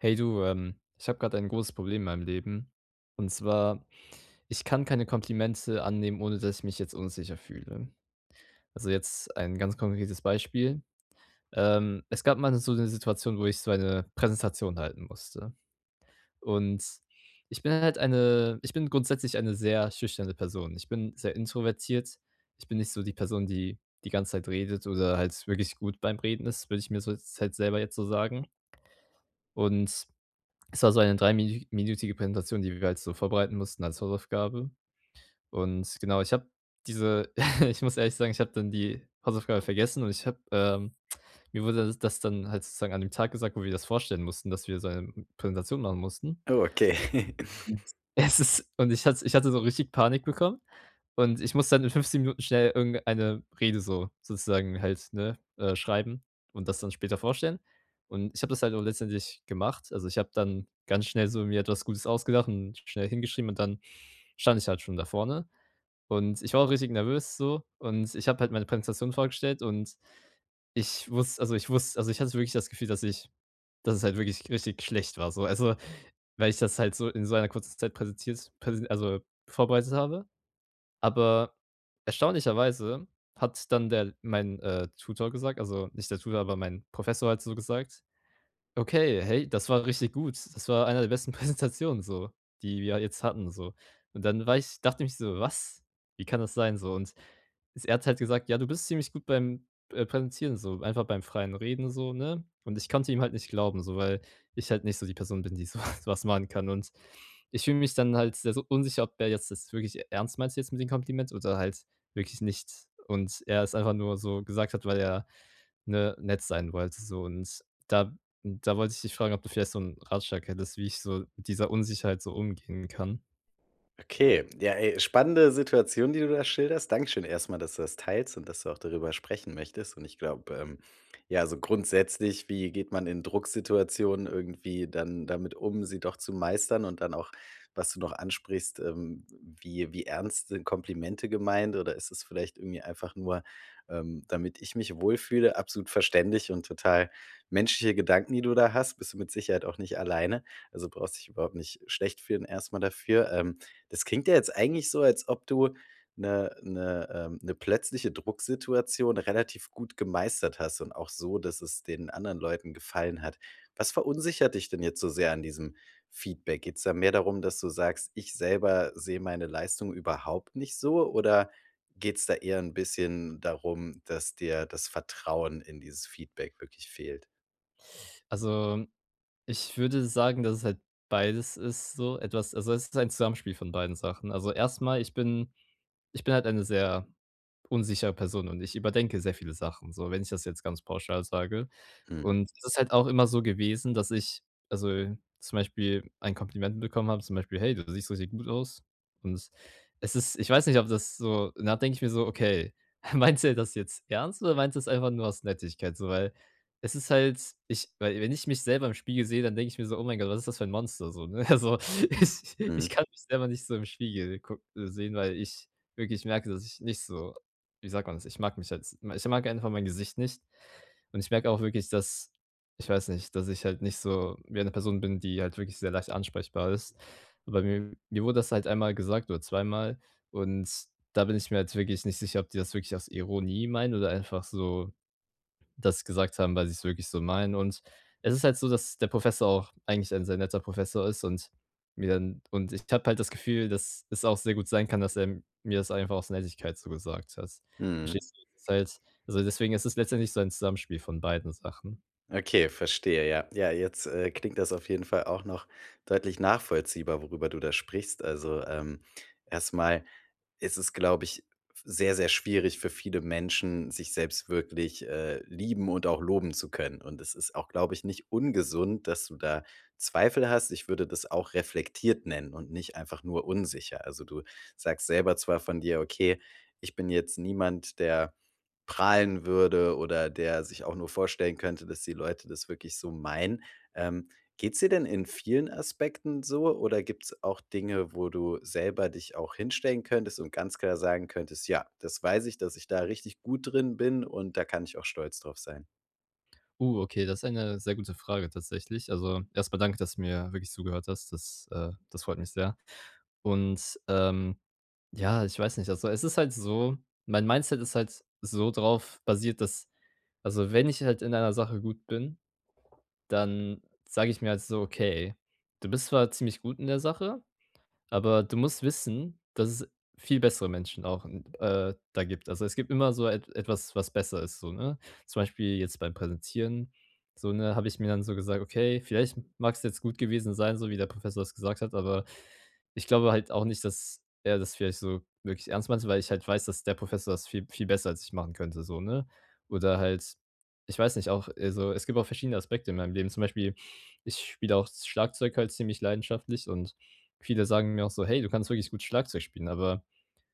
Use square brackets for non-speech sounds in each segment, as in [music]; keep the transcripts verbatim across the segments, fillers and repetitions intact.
Hey du, ähm, ich habe gerade ein großes Problem in meinem Leben. Und zwar, ich kann keine Komplimente annehmen, ohne dass ich mich jetzt unsicher fühle. Also jetzt ein ganz konkretes Beispiel. Ähm, es gab mal so eine Situation, wo ich so eine Präsentation halten musste. Und ich bin halt eine ich bin grundsätzlich eine sehr schüchterne Person. Ich bin sehr introvertiert. Ich bin nicht so die Person, die die ganze Zeit redet oder halt wirklich gut beim Reden ist, würde ich mir so jetzt halt selber jetzt so sagen. Und es war so eine dreiminütige Präsentation, die wir halt so vorbereiten mussten als Hausaufgabe. Und genau, ich habe diese [laughs] ich muss ehrlich sagen, ich habe dann die Hausaufgabe vergessen und ich habe, ähm mir wurde das das dann halt sozusagen an dem Tag gesagt, wo wir das vorstellen mussten, dass wir so eine Präsentation machen mussten. Oh, okay. [laughs] Und es ist und ich hatte ich hatte so richtig Panik bekommen und ich muss dann in fünfzehn Minuten schnell irgendeine Rede so sozusagen halt, ne, äh, schreiben und das dann später vorstellen. Und ich habe das halt auch letztendlich gemacht. Also, ich habe dann ganz schnell so mir etwas Gutes ausgedacht und schnell hingeschrieben und dann stand ich halt schon da vorne. Und ich war auch richtig nervös so und ich habe halt meine Präsentation vorgestellt und ich wusste also, ich wusste also, ich hatte wirklich das Gefühl, dass ich dass es halt wirklich richtig schlecht war so. Also, weil ich das halt so in so einer kurzen Zeit präsentiert präsen also, vorbereitet habe. Aber erstaunlicherweise hat dann der mein, äh, Tutor gesagt, also nicht der Tutor, aber mein Professor halt so gesagt: „Okay, hey, das war richtig gut. Das war einer der besten [laughs] Präsentationen so, die wir jetzt hatten so.“ Und dann war ich dachte ich so: „Was? Wie kann das sein?“ So und s er hat halt gesagt: „Ja, du bist ziemlich gut beim, äh, Präsentieren so, einfach beim freien Reden so, ne?“ Und ich konnte ihm halt nicht glauben so, weil ich halt nicht so die Person bin, die so [laughs] was machen kann. Und ich fühle mich dann halt sehr so unsicher, ob er jetzt das wirklich ernst meint jetzt mit dem Kompliment oder halt wirklich nicht. Und er es einfach nur so gesagt hat, weil er, ne, nett sein wollte so. Und da und da wollte ich dich fragen, ob du vielleicht so einen Ratschlag hättest, wie ich so mit dieser Unsicherheit so umgehen kann. Okay, ja, ey, spannende Situation, die du da schilderst. Dankeschön erstmal, dass du das teilst und dass du auch darüber sprechen möchtest. Und ich glaube, ähm, ja, so grundsätzlich, wie geht man in Drucksituationen irgendwie dann damit um, sie doch zu meistern und dann auch, was du noch ansprichst, ähm, wie wie ernst sind Komplimente gemeint oder ist es vielleicht irgendwie einfach nur, ähm, damit ich mich wohlfühle? Absolut verständlich und total menschliche Gedanken, die du da hast. Bist du mit Sicherheit auch nicht alleine. Also brauchst dich überhaupt nicht schlecht fühlen erstmal dafür. Ähm, das klingt ja jetzt eigentlich so, als ob du eine 'ne, ähm 'ne plötzliche Drucksituation relativ gut gemeistert hast und auch so, dass es den anderen Leuten gefallen hat. Was verunsichert dich denn jetzt so sehr an diesem Feedback? Geht es da mehr darum, dass du sagst: „Ich selber sehe meine Leistung überhaupt nicht so“, oder geht es da eher ein bisschen darum, dass dir das Vertrauen in dieses Feedback wirklich fehlt? Also ich würde sagen, dass es halt beides ist so etwas, also, es ist ein Zusammenspiel von beiden Sachen. Also, erstmal, ich bin ich bin halt eine sehr unsichere Person und ich überdenke sehr viele Sachen, so, wenn ich das jetzt ganz pauschal sage. Mhm, Und es ist halt auch immer so gewesen, dass ich also, zum Beispiel ein Kompliment bekommen habe, zum Beispiel: „Hey, du siehst richtig gut aus.“ Und es ist ich weiß nicht, ob das so, danach denke ich mir so: „Okay, [laughs] meinst du das jetzt ernst oder meinst du es einfach nur aus Nettigkeit so?“ Weil es ist halt ich weil wenn ich mich selber im Spiegel sehe, dann denke ich mir so: „Oh mein Gott, was ist das für ein Monster?“ So, ne? [laughs] Also, ich ich mhm, kann mich selber nicht so im Spiegel guck äh, sehen, weil ich wirklich merke, dass ich nicht so, wie sagt man das? Ich mag mich halt, ich mag einfach mein Gesicht nicht und ich merke auch wirklich, dass ich weiß nicht, dass ich halt nicht so wie eine Person bin, die halt wirklich sehr leicht ansprechbar ist. Aber mir mir wurde das halt einmal gesagt oder zweimal und da bin ich mir halt wirklich nicht sicher, ob die das wirklich aus Ironie meinen oder einfach so das gesagt haben, weil sie es wirklich so meinen. Und es ist halt so, dass der Professor auch eigentlich ein sehr netter Professor ist und mir dann und ich habe halt das Gefühl, dass es auch sehr gut sein kann, dass er mir das einfach aus Nettigkeit so gesagt hat. mhm. Verstehst du? Es ist halt, also, deswegen ist es letztendlich so ein Zusammenspiel von beiden Sachen. Okay, verstehe, ja. Ja, jetzt, äh, klingt das auf jeden Fall auch noch deutlich nachvollziehbar, worüber du da sprichst. Also, ähm, erst ist es, glaube ich, sehr, sehr schwierig für viele Menschen, sich selbst wirklich, äh, lieben und auch loben zu können. Und es ist auch, glaube ich, nicht ungesund, dass du da Zweifel hast. Ich würde das auch reflektiert nennen und nicht einfach nur unsicher. Also, du sagst selber zwar von dir: „Okay, ich bin jetzt niemand, der prahlen würde oder der sich auch nur vorstellen könnte, dass die Leute das wirklich so meinen.“ Ähm, Geht's dir denn in vielen Aspekten so oder gibt's auch Dinge, wo du selber dich auch hinstellen könntest und ganz klar sagen könntest: „Ja, das weiß ich, dass ich da richtig gut drin bin und da kann ich auch stolz drauf sein?“ Uh, okay, das ist eine sehr gute Frage tatsächlich. Also, erstmal danke, dass du mir wirklich zugehört hast. Das, äh das freut mich sehr. Und, ähm, ja, ich weiß nicht. Also, es ist halt so, mein Mindset ist halt so drauf basiert, dass, also, wenn ich halt in einer Sache gut bin, dann sage ich mir halt so: „Okay, du bist zwar ziemlich gut in der Sache, aber du musst wissen, dass es viel bessere Menschen auch, äh, da gibt. Also, es gibt immer so et etwas, was besser ist so, ne?“ Zum Beispiel jetzt beim Präsentieren, so, ne, habe ich mir dann so gesagt: „Okay, vielleicht mag es jetzt gut gewesen sein, so wie der Professor das gesagt hat“, aber ich glaube halt auch nicht, dass er das vielleicht so wirklich ernst meinte, weil ich halt weiß, dass der Professor das viel viel besser als ich machen könnte so, ne? Oder halt, ich weiß nicht, auch, also, es gibt auch verschiedene Aspekte in meinem Leben. Zum Beispiel, ich spiele auch Schlagzeug halt ziemlich leidenschaftlich und viele sagen mir auch so: „Hey, du kannst wirklich gut Schlagzeug spielen“, aber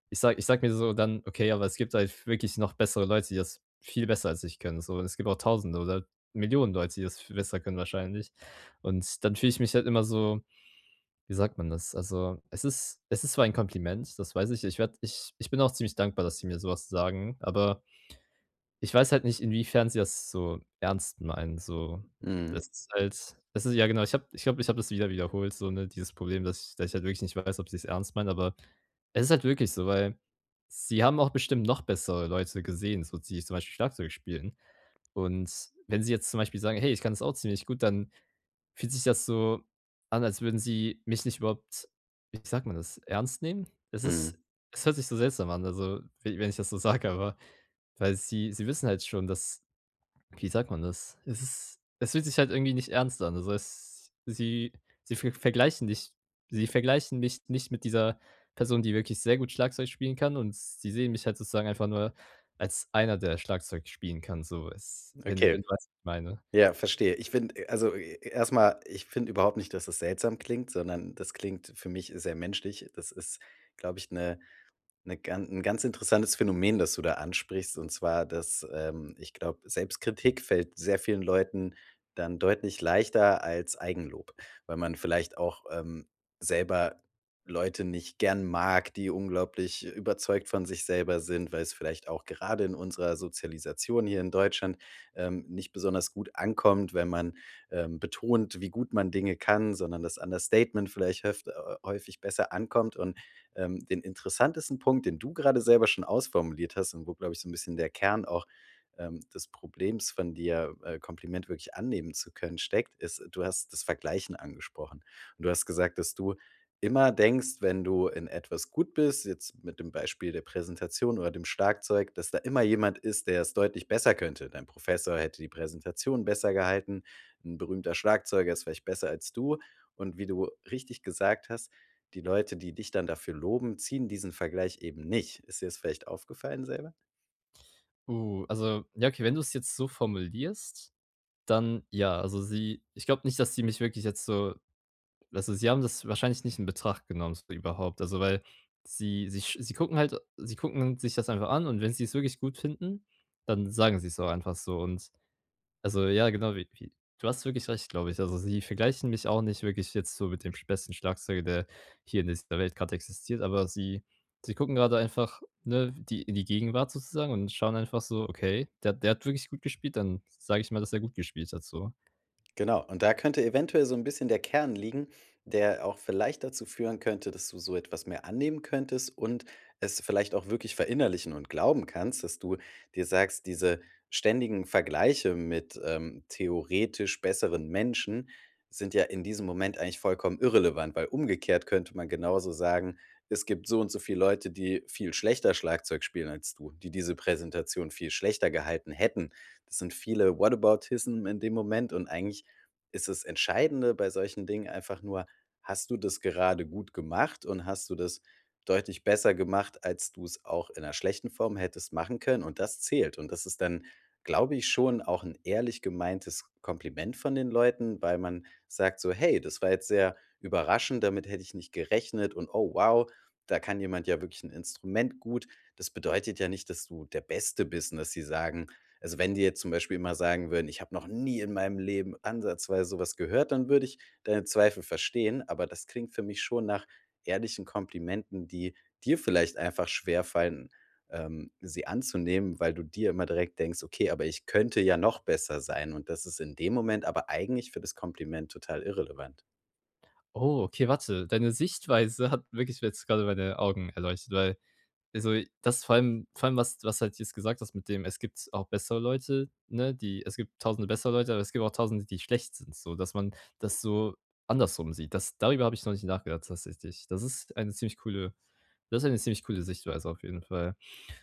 ich sag, ich sag mir so dann: „Okay, aber es gibt halt wirklich noch bessere Leute, die das viel besser als ich können, so. Und es gibt auch Tausende oder Millionen Leute, die das viel besser können wahrscheinlich.“ Und dann fühle ich mich halt immer so, wie sagt man das? Also, es ist es ist zwar ein Kompliment, das weiß ich. Ich werd, ich ich bin auch ziemlich dankbar, dass sie mir sowas sagen, aber ich weiß halt nicht, inwiefern sie das so ernst meinen, so. Mhm, Das ist halt, das ist ja genau, ich habe ich glaube, ich habe das wieder wiederholt, so, ne, dieses Problem, dass ich dass ich halt wirklich nicht weiß, ob sie's ernst meinen, aber es ist halt wirklich so, weil sie haben auch bestimmt noch bessere Leute gesehen, so, die zum Beispiel Schlagzeug spielen. Und wenn sie jetzt zum Beispiel sagen: „Hey, ich kann das auch ziemlich gut“, dann fühlt sich das so an, als würden sie mich nicht überhaupt, wie sagt man das, ernst nehmen? Es mhm. ist es hört sich so seltsam an, also, we wenn ich das so sage, aber weil sie sie wissen halt schon, dass, wie sagt man das? Es ist es fühlt sich halt irgendwie nicht ernst an. Also, es sie sie ver vergleichen dich, sie vergleichen mich nicht mit dieser Person, die wirklich sehr gut Schlagzeug spielen kann und sie sehen mich halt sozusagen einfach nur als einer, der Schlagzeug spielen kann, so es wenn Okay, wenn du weißt, was ich meine. ja, verstehe. Ich finde, äh, also, e erst ich finde überhaupt nicht, dass das seltsam klingt, sondern das klingt für mich sehr menschlich. Das ist, glaube ich, eine 'Ne gan 'n ganz interessantes Phänomen, das du da ansprichst, und zwar, dass, ähm, ich glaube, Selbstkritik fällt sehr vielen Leuten dann deutlich leichter als Eigenlob, weil man vielleicht auch, ähm, selber Leute nicht gern mag, die unglaublich überzeugt von sich selber sind, weil es vielleicht auch gerade in unserer Sozialisation hier in Deutschland, ähm, nicht besonders gut ankommt, wenn man, ähm, betont, wie gut man Dinge kann, sondern das Understatement vielleicht höft äh, häufig besser ankommt. Und ähm, den interessantesten Punkt, den du gerade selber schon ausformuliert hast und wo, glaube ich, so ein bisschen der Kern auch, ähm, des Problems von dir, äh, Kompliment wirklich annehmen zu können, steckt, ist, du hast das Vergleichen angesprochen. Und du hast gesagt, dass du immer denkst, wenn du in etwas gut bist, jetzt mit dem Beispiel der Präsentation oder dem Schlagzeug, dass da immer jemand ist, der es deutlich besser könnte. Dein Professor hätte die Präsentation besser gehalten, ein berühmter Schlagzeuger ist vielleicht besser als du. Und wie du richtig gesagt hast, die Leute, die dich dann dafür loben, ziehen diesen Vergleich eben nicht. Ist dir das vielleicht aufgefallen selber? Uh, also, ja, okay, wenn du es jetzt so formulierst, dann ja. Also, sie ich glaube nicht, dass sie mich wirklich jetzt so, also, sie haben das wahrscheinlich nicht in Betracht genommen so überhaupt. Also, weil sie sie sch sie gucken halt sie gucken sich das einfach an und wenn sie es wirklich gut finden, dann sagen sie es auch einfach so und also, ja, genau, wie wie du hast wirklich recht, glaube ich. Also, sie vergleichen mich auch nicht wirklich jetzt so mit dem sch besten Schlagzeuger, der hier in dieser Welt gerade existiert, aber sie sie gucken gerade einfach, ne, die in die Gegenwart sozusagen und schauen einfach so: „Okay, der der hat wirklich gut gespielt, dann sage ich mal, dass er gut gespielt hat“, so. Genau, und da könnte eventuell so ein bisschen der Kern liegen, der auch vielleicht dazu führen könnte, dass du so etwas mehr annehmen könntest und es vielleicht auch wirklich verinnerlichen und glauben kannst, dass du dir sagst, diese ständigen Vergleiche mit, ähm, theoretisch besseren Menschen sind ja in diesem Moment eigentlich vollkommen irrelevant, weil umgekehrt könnte man genauso sagen: „Es gibt so und so viele Leute, die viel schlechter Schlagzeug spielen als du, die diese Präsentation viel schlechter gehalten hätten.“ Das sind viele Whataboutism in dem Moment und eigentlich ist das Entscheidende bei solchen Dingen einfach nur, hast du das gerade gut gemacht und hast du das deutlich besser gemacht, als du es auch in einer schlechten Form hättest machen können und das zählt. Und das ist dann, glaube ich, schon auch ein ehrlich gemeintes Kompliment von den Leuten, weil man sagt so: „Hey, das war jetzt sehr überraschend, damit hätte ich nicht gerechnet und oh wow, da kann jemand ja wirklich ein Instrument gut.“ Das bedeutet ja nicht, dass du der Beste bist und dass sie sagen also, wenn die jetzt zum Beispiel immer sagen würden: „Ich habe noch nie in meinem Leben ansatzweise sowas gehört“, dann würde ich deine Zweifel verstehen, aber das klingt für mich schon nach ehrlichen Komplimenten, die dir vielleicht einfach schwerfallen, ähm, sie anzunehmen, weil du dir immer direkt denkst: „Okay, aber ich könnte ja noch besser sein.“ Und das ist in dem Moment aber eigentlich für das Kompliment total irrelevant. Oh, okay, warte. Deine Sichtweise hat wirklich jetzt gerade meine Augen erleuchtet, weil, also, das vor allem vor allem, was was halt jetzt gesagt hast mit dem, es gibt auch bessere Leute, ne? Die es gibt tausende bessere Leute, aber es gibt auch tausende, die schlecht sind, so, dass man das so andersrum sieht. Das darüber habe ich noch nicht nachgedacht tatsächlich. Das ist eine ziemlich coole das ist eine ziemlich coole Sichtweise auf jeden Fall.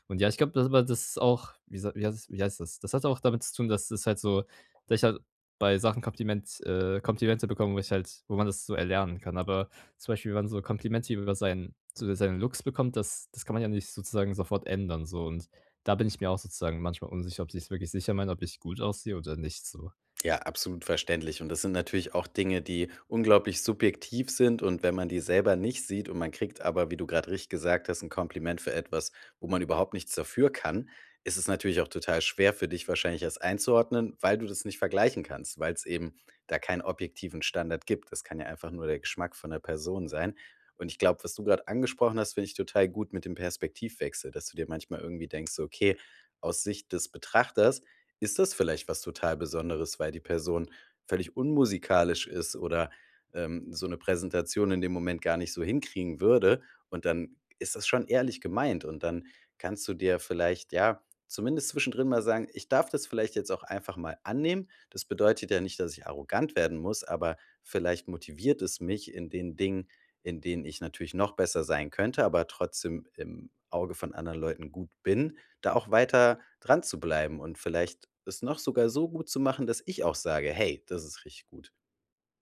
Und ja, ich glaube, das aber das ist auch, wie sa wie heißt wie heißt das? Das hat auch damit zu tun, dass es halt so, dass ich halt bei Sachen Kompliment äh, Komplimente bekomme, wo ich halt, wo man das so erlernen kann. Aber zum Beispiel, wenn man so Komplimente über seinen so seinen Looks bekommt, das das kann man ja nicht sozusagen sofort ändern so. Und da bin ich mir auch sozusagen manchmal unsicher, ob ich es wirklich sicher meine, ob ich gut aussehe oder nicht so. Ja, absolut verständlich. Und das sind natürlich auch Dinge, die unglaublich subjektiv sind. Und wenn man die selber nicht sieht und man kriegt aber, wie du gerade richtig gesagt hast, ein Kompliment für etwas, wo man überhaupt nichts dafür kann, ist es natürlich auch total schwer für dich wahrscheinlich das einzuordnen, weil du das nicht vergleichen kannst, weil es eben da keinen objektiven Standard gibt. Das kann ja einfach nur der Geschmack von der Person sein. Und ich glaube, was du gerade angesprochen hast, finde ich total gut mit dem Perspektivwechsel, dass du dir manchmal irgendwie denkst, so, okay, aus Sicht des Betrachters ist das vielleicht was total Besonderes, weil die Person völlig unmusikalisch ist oder, ähm, so eine Präsentation in dem Moment gar nicht so hinkriegen würde. Und dann ist das schon ehrlich gemeint und dann kannst du dir vielleicht, ja, zumindest zwischendrin mal sagen: „Ich darf das vielleicht jetzt auch einfach mal annehmen. Das bedeutet ja nicht, dass ich arrogant werden muss, aber vielleicht motiviert es mich in den Dingen, in denen ich natürlich noch besser sein könnte, aber trotzdem im Auge von anderen Leuten gut bin, da auch weiter dran zu bleiben und vielleicht es noch sogar so gut zu machen, dass ich auch sage: „Hey, das ist richtig gut.“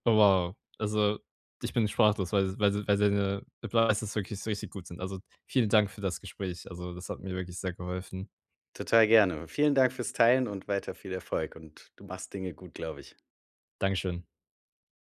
Oh wow, also ich bin sprachlos, weil weil weil deine Advices wirklich so richtig gut sind. Also, vielen Dank für das Gespräch. Also, das hat mir wirklich sehr geholfen. Total gerne. Vielen Dank fürs Teilen und weiter viel Erfolg und du machst Dinge gut, glaube ich. Dankeschön.